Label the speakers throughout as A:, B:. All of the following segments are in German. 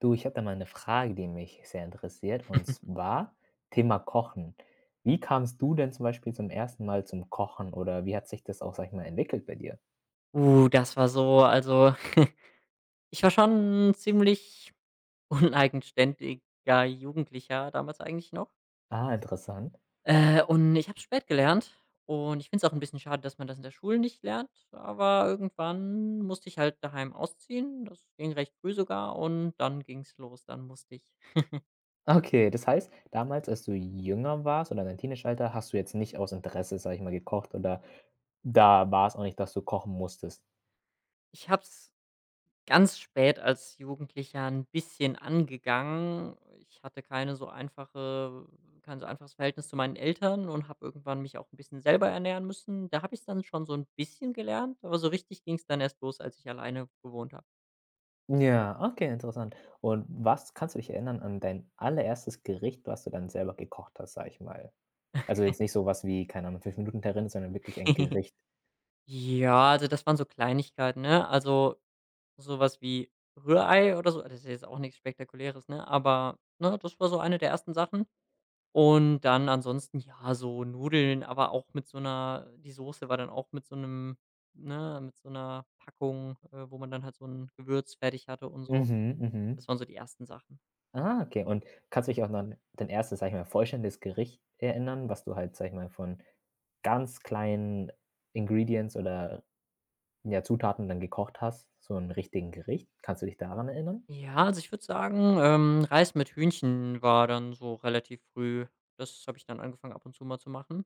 A: Du, ich habe da mal eine Frage, die mich sehr interessiert, und zwar Thema Kochen. Wie kamst du denn zum Beispiel zum ersten Mal zum Kochen oder wie hat sich das auch, sag ich mal, entwickelt bei dir?
B: Das war so also, ich war schon 'n ziemlich uneigenständiger Jugendlicher damals eigentlich noch.
A: Ah, interessant.
B: Und ich habe spät gelernt und ich finde es auch ein bisschen schade, dass man das in der Schule nicht lernt, aber irgendwann musste ich halt daheim ausziehen. Das ging recht früh sogar und dann ging's los. Dann musste ich
A: Okay, das heißt, damals, als du jünger warst oder dein Teenageralter, hast du jetzt nicht aus Interesse, sag ich mal, gekocht oder da war es auch nicht, dass du kochen musstest?
B: ich habe es ganz spät als Jugendlicher ein bisschen angegangen. Ich hatte kein so einfaches Verhältnis zu meinen Eltern und habe irgendwann mich auch ein bisschen selber ernähren müssen. Da habe ich's dann schon so ein bisschen gelernt, aber so richtig ging es dann erst los, als ich alleine gewohnt habe.
A: Ja, okay, interessant. Und was kannst du dich erinnern an dein allererstes Gericht, was du dann selber gekocht hast, sag ich mal? Also jetzt nicht so was wie, keine Ahnung, 5 Minuten Terrine, sondern wirklich ein Gericht.
B: Ja, also, das waren so Kleinigkeiten, ne? Also, sowas wie Rührei oder so, das ist jetzt auch nichts Spektakuläres, ne? Aber, ne, das war so eine der ersten Sachen. Und dann ansonsten, ja, so Nudeln, aber auch mit so einer die Soße war dann auch mit so einem ne, mit so einer Packung, wo man dann halt so ein Gewürz fertig hatte und so.
A: Mhm, mhm.
B: Das waren so die ersten Sachen.
A: Ah, okay. Und kannst du dich auch noch an dein erstes, sag ich mal, vollständiges Gericht erinnern, was du halt, sag ich mal, von ganz kleinen Ingredients oder, ja, Zutaten dann gekocht hast, so 'n richtigen Gericht? Kannst du dich daran erinnern?
B: Ja, also, ich würde sagen, Reis mit Hühnchen war dann so relativ früh. Das habe ich dann angefangen, ab und zu mal zu machen.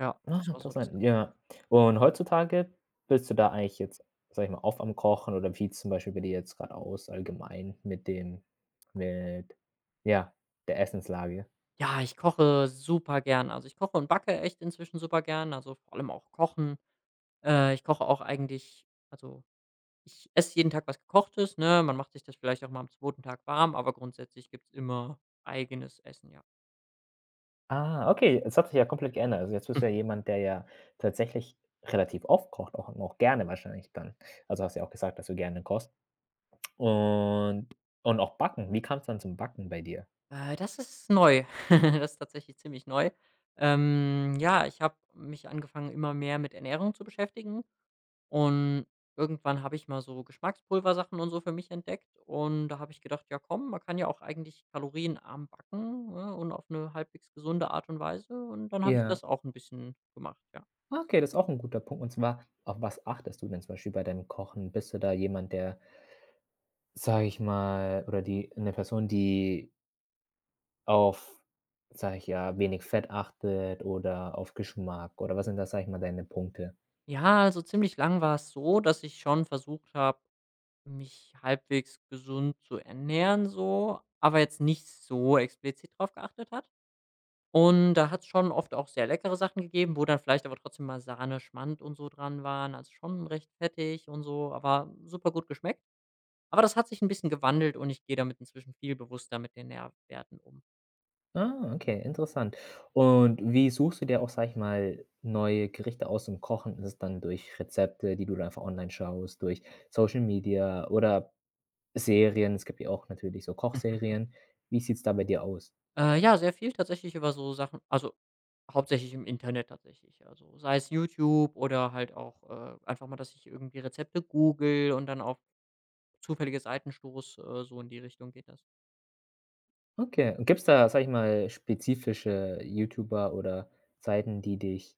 B: Ja,
A: Ah,
B: das war so das
A: interessant,
B: erste.
A: ja. Und heutzutage bist du da eigentlich jetzt, sag ich mal, oft am Kochen oder wie zum Beispiel bei dir jetzt grad aus allgemein mit, ja, der Essenslage?
B: Ja, ich koche super gern. Also, ich koche und backe echt inzwischen super gern, also, vor allem auch Kochen. Ich koche auch eigentlich. Also, ich esse jeden Tag was Gekochtes, ne? Man macht sich das vielleicht auch mal am zweiten Tag warm, aber grundsätzlich gibt's immer eigenes Essen, ja.
A: Ah, okay, es hat sich ja komplett geändert. Also, jetzt bist du ja jemand, der ja tatsächlich relativ oft kocht, auch und auch gerne wahrscheinlich dann. Also, hast ja auch gesagt, dass du gerne kochst und und auch backen. Wie kam's dann zum Backen bei dir?
B: Das ist neu. Das ist tatsächlich ziemlich neu. Ja, ich habe mich angefangen, immer mehr mit Ernährung zu beschäftigen und irgendwann habe ich mal so Geschmackspulversachen und so für mich entdeckt und da habe ich gedacht: „Ja komm, man kann ja auch eigentlich kalorienarm backen, ne, und auf eine halbwegs gesunde Art und Weise" und dann habe ich
A: Ja.
B: das auch ein bisschen gemacht, ja.
A: Ah, okay, das ist auch ein guter Punkt, und zwar, auf was achtest du denn zum Beispiel bei deinem Kochen? Bist du da jemand, der, sage ich mal, oder die eine Person, die auf, sage ich, ja, wenig Fett achtet oder auf Geschmack, oder was sind das, sage ich mal, deine Punkte?
B: Ja, also ziemlich lang war es so, dass ich schon versucht habe, mich halbwegs gesund zu ernähren so, aber jetzt nicht so explizit drauf geachtet hat. Und da hat es schon oft auch sehr leckere Sachen gegeben, wo dann vielleicht aber trotzdem mal Sahne, Schmand und so dran waren, also schon recht fettig und so, aber super gut geschmeckt. Aber das hat sich ein bisschen gewandelt und ich gehe damit inzwischen viel bewusster mit den Nährwerten um.
A: Ah, okay, interessant. Und wie suchst du dir auch, sage ich mal, neue Gerichte aus zum Kochen? Ist es dann durch Rezepte, die du dann einfach online schaust, durch Social Media oder Serien? Es gibt ja auch natürlich so Kochserien. Wie sieht's da bei dir aus?
B: Ja, sehr viel tatsächlich über so Sachen, also hauptsächlich im Internet tatsächlich. Also, sei es YouTube oder halt auch, einfach mal, dass ich irgendwie Rezepte google und dann auf zufällige Seiten stoße, so in die Richtung geht das.
A: Okay, und gibt's da, sage ich mal, spezifische YouTuber oder Seiten, die dich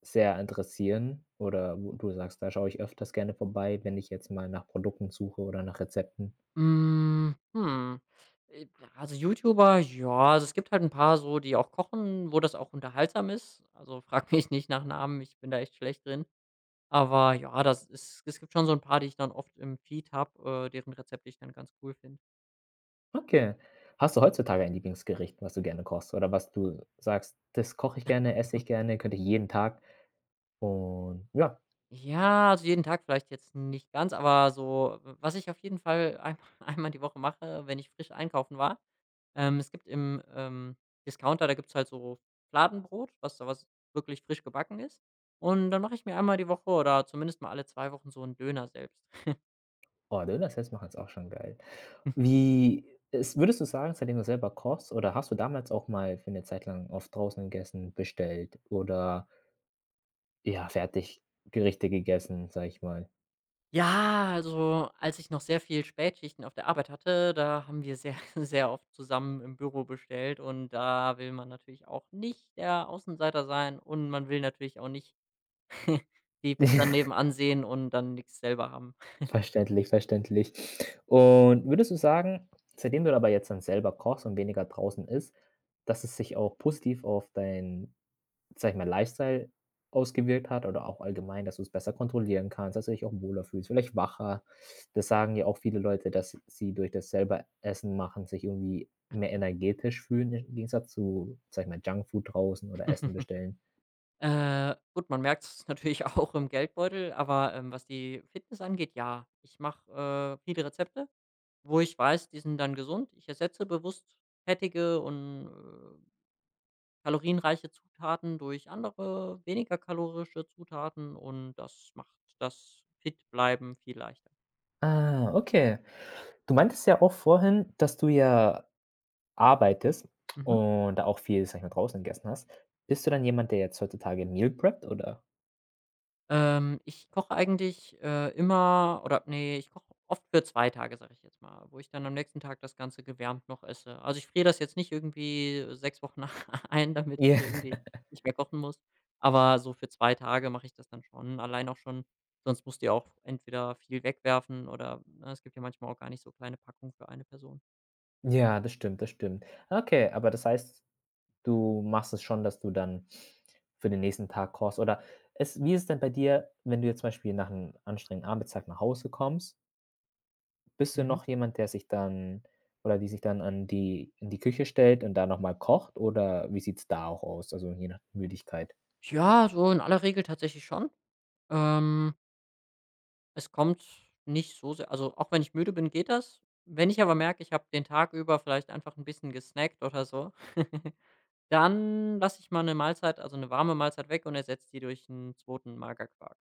A: sehr interessieren oder wo du sagst, da schaue ich öfters gerne vorbei, wenn ich jetzt mal nach Produkten suche oder nach Rezepten?
B: Hm, hm. Äh, also, YouTuber, ja, also, es gibt halt ein paar so, die auch kochen, wo das auch unterhaltsam ist. Also, frag mich nicht nach Namen, ich bin da echt schlecht drin. Aber ja, das ist es gibt schon so ein paar, die ich dann oft im Feed habe, deren Rezepte ich dann ganz cool finde.
A: Okay. Hast du heutzutage ein Lieblingsgericht, was du gerne kochst oder was du sagst: „Das koche ich gerne, esse ich gerne, könnte ich jeden Tag", und ja.
B: Ja, also jeden Tag vielleicht jetzt nicht ganz, aber so w was ich auf jeden Fall ein einmal die Woche mache, wenn ich frisch einkaufen war. Es gibt im, Discounter, da gibt's halt so Fladenbrot, was wirklich frisch gebacken ist. Und dann mache ich mir einmal die Woche oder zumindest mal alle 2 Wochen so einen Döner selbst.
A: Oh, Döner selbst machen ist auch schon geil. Wie es würdest du sagen, seitdem du selber kochst, oder hast du damals auch mal für eine Zeit lang oft draußen gegessen, bestellt oder, ja, Fertiggerichte gegessen, sage ich mal?
B: Ja, also als ich noch sehr viel Spätschichten auf der Arbeit hatte, da haben wir sehr, sehr oft zusammen im Büro bestellt und da will man natürlich auch nicht der Außenseiter sein und man will natürlich auch nicht die dann nebenan sehen und dann nichts selber haben.
A: Verständlich, verständlich. Und würdest du sagen, seitdem du aber jetzt dann selber kochst und weniger draußen isst, dass es sich auch positiv auf dein, sage ich mal, Lifestyle ausgewirkt hat, oder auch allgemein, dass du es besser kontrollieren kannst, dass du dich auch wohler fühlst, vielleicht wacher? Das sagen ja auch viele Leute, dass sie durch das selber Essen machen sich irgendwie mehr energetisch fühlen im Gegensatz zu, sage ich mal, Junkfood draußen oder Essen bestellen.
B: Gut, man merkt es natürlich auch im Geldbeutel, aber, was die Fitness angeht, ja. Ich mache, viele Rezepte, wo ich weiß, die sind dann gesund. Ich ersetze bewusst fettige und, kalorienreiche Zutaten durch andere, weniger kalorische Zutaten und das macht das Fitbleiben viel leichter.
A: Ah, okay. Du meintest ja auch vorhin, dass du ja arbeitest
B: Mhm.
A: und da auch viel, sage ich mal, draußen gegessen hast. Bist du dann jemand, der jetzt heutzutage Meal preppt, oder?
B: Ich koche eigentlich, immer, oder nee, ich koche oft für 2 Tage, sage ich jetzt mal, wo ich dann am nächsten Tag das Ganze gewärmt noch esse. Also, ich friere das jetzt nicht irgendwie, 6 Wochen ein, damit
A: Ja,
B: ich irgendwie nicht mehr kochen muss, aber so für 2 Tage mache ich das dann schon. Allein auch schon sonst musst du ja auch entweder viel wegwerfen oder, ne, es gibt ja manchmal auch gar nicht so kleine Packungen für eine Person.
A: ja, das stimmt, das stimmt. Okay, aber das heißt, du machst es schon, dass du dann für den nächsten Tag kochst, oder es wie ist es denn bei dir, wenn du jetzt zum Beispiel nach einem anstrengenden Arbeitstag nach Hause kommst? Bist du
B: Mhm.
A: noch jemand, der sich dann oder die sich dann an die in die Küche stellt und da noch mal kocht oder wie sieht's da auch aus, also je nach Müdigkeit?
B: Ja, so in aller Regel tatsächlich schon. Ähm Es kommt nicht so sehr. Also, auch wenn ich müde bin, geht das. Wenn ich aber merke, ich habe den Tag über vielleicht einfach ein bisschen gesnackt oder so, dann lasse ich mal eine Mahlzeit, also eine warme Mahlzeit, weg und ersetze die durch einen zweiten Magerquark.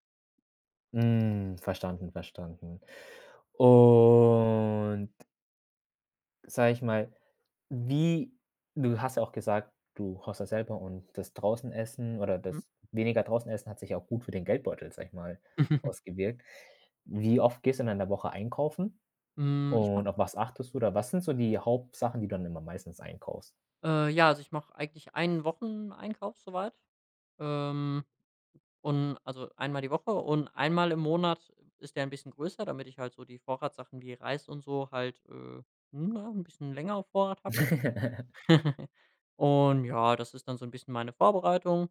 A: Hm, verstanden, verstanden. Und, sage ich mal, Wie du hast ja auch gesagt, du kochst das selber, und das draußen essen oder
B: Mhm.
A: das weniger draußen essen hat sich auch gut für den Geldbeutel, sage ich mal, ausgewirkt. Wie oft gehst du denn in der Woche einkaufen
B: Hm, ich
A: und
B: mache
A: auf was achtest du da? Was sind so die Hauptsachen, die du dann immer meistens einkaufst?
B: ja, also ich mache eigentlich einen Wocheneinkauf so weit, ähm, und also einmal die Woche und einmal im Monat ist der ein bisschen größer, damit ich halt so die Vorratssachen wie Reis und so halt, na, 'n bisschen länger auf Vorrat habe. Und ja, das ist dann so ein bisschen meine Vorbereitung.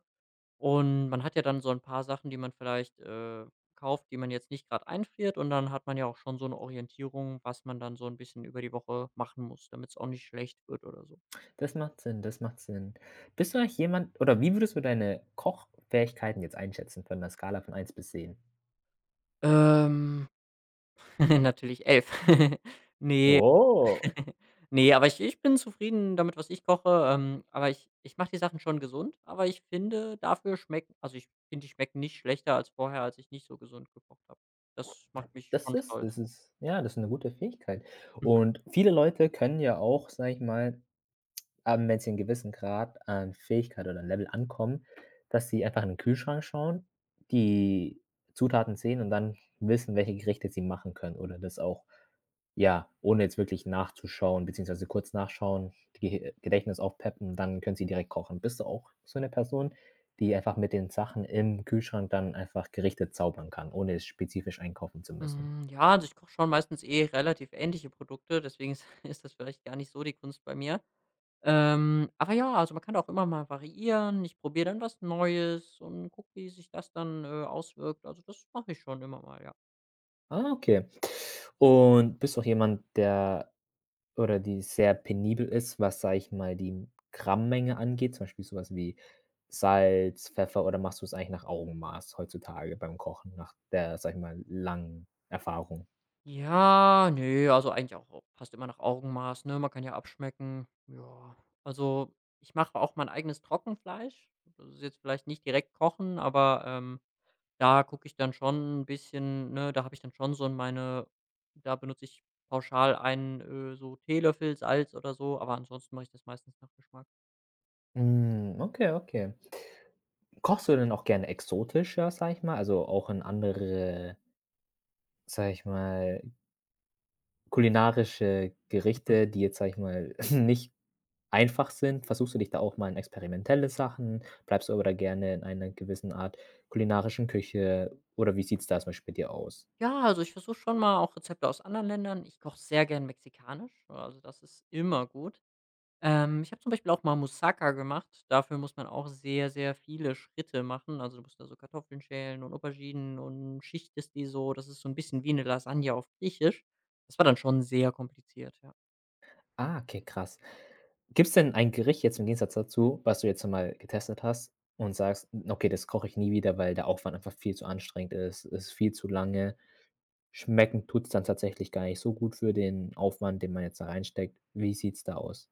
B: Und man hat ja dann so ein paar Sachen, die man vielleicht, kauft, die man jetzt nicht gerade einfriert. Und dann hat man ja auch schon so eine Orientierung, was man dann so ein bisschen über die Woche machen muss, damit es auch nicht schlecht wird oder so.
A: Das macht Sinn, das macht Sinn. Bist du eigentlich jemand oder wie würdest du deine Kochfähigkeiten jetzt einschätzen von 'ner Skala von eins bis zehn?
B: Ähm, Natürlich 11. Ne.
A: Oh.
B: Ne, aber ich bin zufrieden damit, was ich koche, aber ich mache die Sachen schon gesund, aber ich finde, ich finde, die schmecken nicht schlechter als vorher, als ich nicht so gesund gekocht habe. Das macht mich
A: Das
B: schon
A: ist
B: stolz.
A: das ist ja, das ist 'ne gute Fähigkeit. Und viele Leute können ja auch, sage ich mal, wenn sie 'n gewissen Grad an Fähigkeit oder Level ankommen, dass sie einfach in den Kühlschrank schauen, die Zutaten sehen und dann wissen, welche Gerichte sie machen können, oder das auch, ja, ohne jetzt wirklich nachzuschauen beziehungsweise kurz nachschauen, Ge Gedächtnis aufpeppen, dann können sie direkt kochen. Bist du auch so 'ne Person, die einfach mit den Sachen im Kühlschrank dann einfach Gerichte zaubern kann, ohne jetzt spezifisch einkaufen zu müssen?
B: Hm, ja, also, ich koche schon meistens eh relativ ähnliche Produkte, deswegen ist ist das vielleicht gar nicht so die Kunst bei mir. Aber ja, also, man kann auch immer mal variieren. Ich probiere dann was Neues und gucke, wie sich das dann, auswirkt. Also, das mache ich schon immer mal, ja.
A: Ah, okay. Und bist du auch jemand, der oder die sehr penibel ist, was, sage ich mal, die Grammenge angeht, zum Beispiel sowas wie Salz, Pfeffer, oder machst du es eigentlich nach Augenmaß heutzutage beim Kochen, nach der, sage ich mal, langen Erfahrung?
B: Ja, ne, also eigentlich auch fast immer nach Augenmaß, ne? Man kann ja abschmecken. Ja, also ich mache auch mein eigenes Trockenfleisch. Das ist jetzt vielleicht nicht direkt kochen, aber, da gucke ich dann schon ein bisschen, ne, da habe ich dann schon so in meine da benutze ich pauschal einen, so Teelöffel Salz oder so, aber ansonsten mache ich das meistens nach Geschmack.
A: Hm, okay, okay. Kochst du denn auch gerne exotischer, sage ich mal, also auch in andere, sage ich mal, kulinarische Gerichte, die jetzt, sage ich mal, nicht einfach sind? Versuchst du dich da auch mal in experimentelle Sachen? Bleibst du aber da gerne in einer gewissen Art kulinarischen Küche oder wie sieht's da zum Beispiel bei dir aus?
B: Ja, also ich versuche schon mal auch Rezepte aus anderen Ländern. Ich koche sehr gern mexikanisch, also das ist immer gut. Ich habe zum Beispiel auch mal Moussaka gemacht. Dafür muss man auch sehr, sehr viele Schritte machen. Also, du musst da so Kartoffeln schälen und Auberginen und schichtest die so. Das ist so ein bisschen wie eine Lasagne auf Griechisch. Das war dann schon sehr kompliziert, ja.
A: Ah, okay, krass. Gibt's denn ein Gericht jetzt im Gegensatz dazu, was du jetzt mal getestet hast und sagst: „Okay, das koche ich nie wieder, weil der Aufwand einfach viel zu anstrengend ist viel zu lange. Schmecken tut's dann tatsächlich gar nicht so gut für den Aufwand, den man jetzt da reinsteckt." Wie sieht's da aus?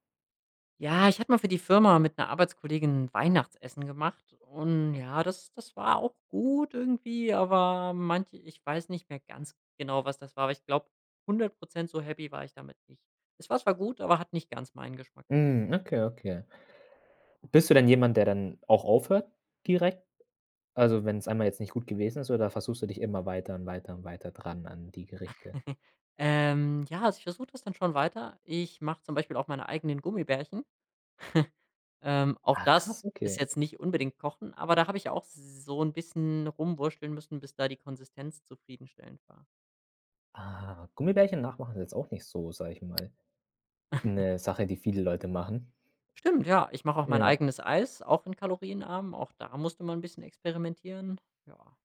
B: Ja, ich hatte mal für die Firma mit einer Arbeitskollegin 'n Weihnachtsessen gemacht und ja, das war auch gut irgendwie, aber, manche ich weiß nicht mehr ganz genau, was das war, aber ich glaube, 100% so happy war ich damit nicht. Es war zwar gut, aber hat nicht ganz meinen Geschmack.
A: Hm, okay, okay. Bist du denn jemand, der dann auch aufhört direkt? Also, wenn es einmal jetzt nicht gut gewesen ist, oder versuchst du dich immer weiter und weiter und weiter dran an die Gerichte?
B: Ja, also ich versuche das dann schon weiter. Ich mache zum Beispiel auch meine eigenen Gummibärchen. Auch
A: Ah, krass,
B: das ist
A: okay.
B: jetzt nicht unbedingt Kochen, aber da habe ich auch so ein bisschen rumwurschteln müssen, bis da die Konsistenz zufriedenstellend war.
A: Ah, Gummibärchen nachmachen ist jetzt auch nicht so, sage ich mal, 'ne Sache, die viele Leute machen.
B: Stimmt, ja, ich mache auch mein
A: Ja.
B: eigenes Eis, auch in kalorienarm. Auch da musste man ein bisschen experimentieren. Ja.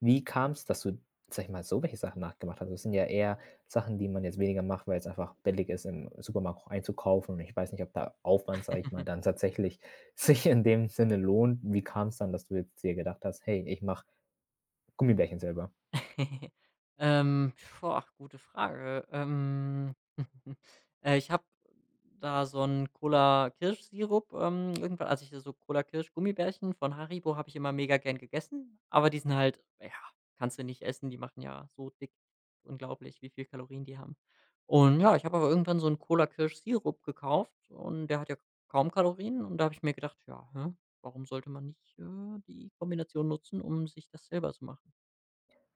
A: Wie kam's, dass du, sage ich mal, so welche Sachen nachgemacht hast? Das sind ja eher Sachen, die man jetzt weniger macht, weil's einfach billig ist, im Supermarkt auch einzukaufen, und ich weiß nicht, ob der Aufwand, sage ich mal, dann tatsächlich sich in dem Sinne lohnt. Wie kam's dann, dass du jetzt dir gedacht hast: „Hey, ich mache Gummibärchen selber?"
B: Ähm, Boah, gute Frage. Ich habe da so einen Cola-Kirschsirup, irgendwann als ich so Cola-Kirsch-Gummibärchen von Haribo habe ich immer mega gern gegessen, aber die sind halt, ja, kannst du nicht essen, die machen ja so dick. Unglaublich, wie viel Kalorien die haben. Und ja, ich habe aber irgendwann so einen Cola-Kirsch-Sirup gekauft und der hat ja kaum Kalorien und da habe ich mir gedacht: „Ja, hä, warum sollte man nicht, die Kombination nutzen, um sich das selber zu machen?"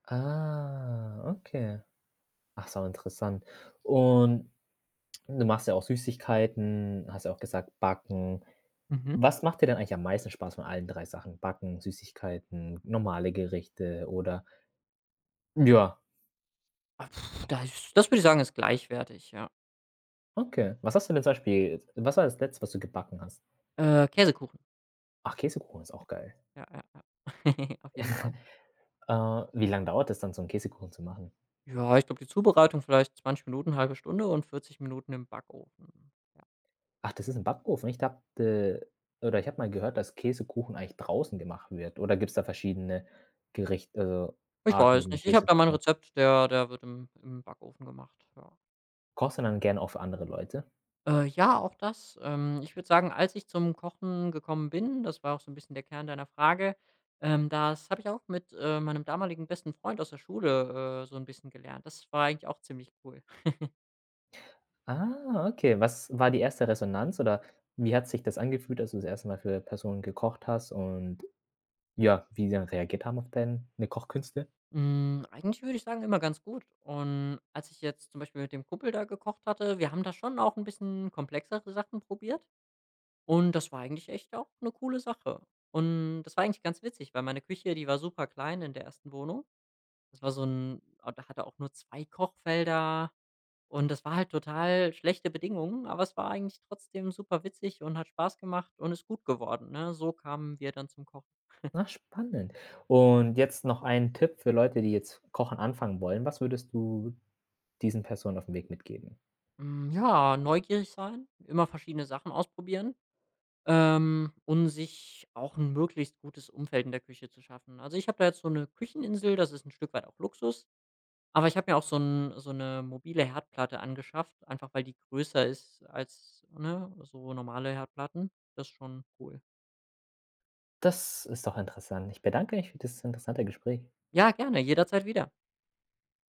A: Ah, okay. Ach so, interessant. Und du machst ja auch Süßigkeiten, hast ja auch gesagt, Backen.
B: Mhm.
A: Was macht dir denn eigentlich am meisten Spaß von allen 3 Sachen? Backen, Süßigkeiten, normale Gerichte oder ja,
B: Ah, pf, da ist das würde ich sagen, ist gleichwertig, ja.
A: okay. Was hast du denn zum Beispiel was war das Letzte, was du gebacken hast?
B: Käsekuchen.
A: Ach, Käsekuchen ist auch geil.
B: Ja, ja, ja. Auf jeden Fall.
A: Äh, wie lange dauert es dann, so einen Käsekuchen zu machen?
B: Ja, ich glaube, die Zubereitung vielleicht 20 Minuten, halbe Stunde und 40 Minuten im Backofen. Ja.
A: Ach, das ist ein Backofen? Ich dachte, oder ich habe mal gehört, dass Käsekuchen eigentlich draußen gemacht wird. Oder gibt es da verschiedene Gericht also,
B: Ich
A: Arten, wie
B: weiß
A: man
B: nicht. Ich habe da
A: Käsekuchen
B: mein
A: macht?
B: Rezept, der wird im Backofen gemacht, ja.
A: Kochst du dann gerne auch für andere Leute?
B: Ja, auch das. Ich würde sagen, als ich zum Kochen gekommen bin, das war auch so ein bisschen der Kern deiner Frage. Das habe ich auch mit, meinem damaligen besten Freund aus der Schule, so ein bisschen gelernt. Das war eigentlich auch ziemlich cool.
A: Ah, okay. Was war die erste Resonanz oder wie hat sich das angefühlt, als du das erste Mal für Personen gekocht hast und ja, wie sie dann reagiert haben auf deine Kochkünste?
B: Eigentlich würde ich sagen, immer ganz gut. Und als ich jetzt zum Beispiel mit dem Kumpel da gekocht hatte, wir haben da schon auch ein bisschen komplexere Sachen probiert und das war eigentlich echt auch eine coole Sache. Und das war eigentlich ganz witzig, weil meine Küche, die war super klein in der ersten Wohnung. Das war so ein, ah, Da hatte auch nur 2 Kochfelder und das war halt total schlechte Bedingungen, aber es war eigentlich trotzdem super witzig und hat Spaß gemacht und ist gut geworden, ne? So kamen wir dann zum Kochen.
A: Na spannend. Und jetzt noch ein Tipp für Leute, die jetzt Kochen anfangen wollen. Was würdest du diesen Personen auf dem Weg mitgeben?
B: Ja, neugierig sein, immer verschiedene Sachen ausprobieren. Und sich auch ein möglichst gutes Umfeld in der Küche zu schaffen. Also, ich habe da jetzt so eine Kücheninsel, das ist ein Stück weit auch Luxus, aber ich habe mir auch so eine mobile Herdplatte angeschafft, einfach weil die größer ist als, ne, so normale Herdplatten. Das ist schon cool.
A: Das ist doch interessant. Ich bedanke mich für das interessante Gespräch.
B: Ja, gerne, jederzeit wieder.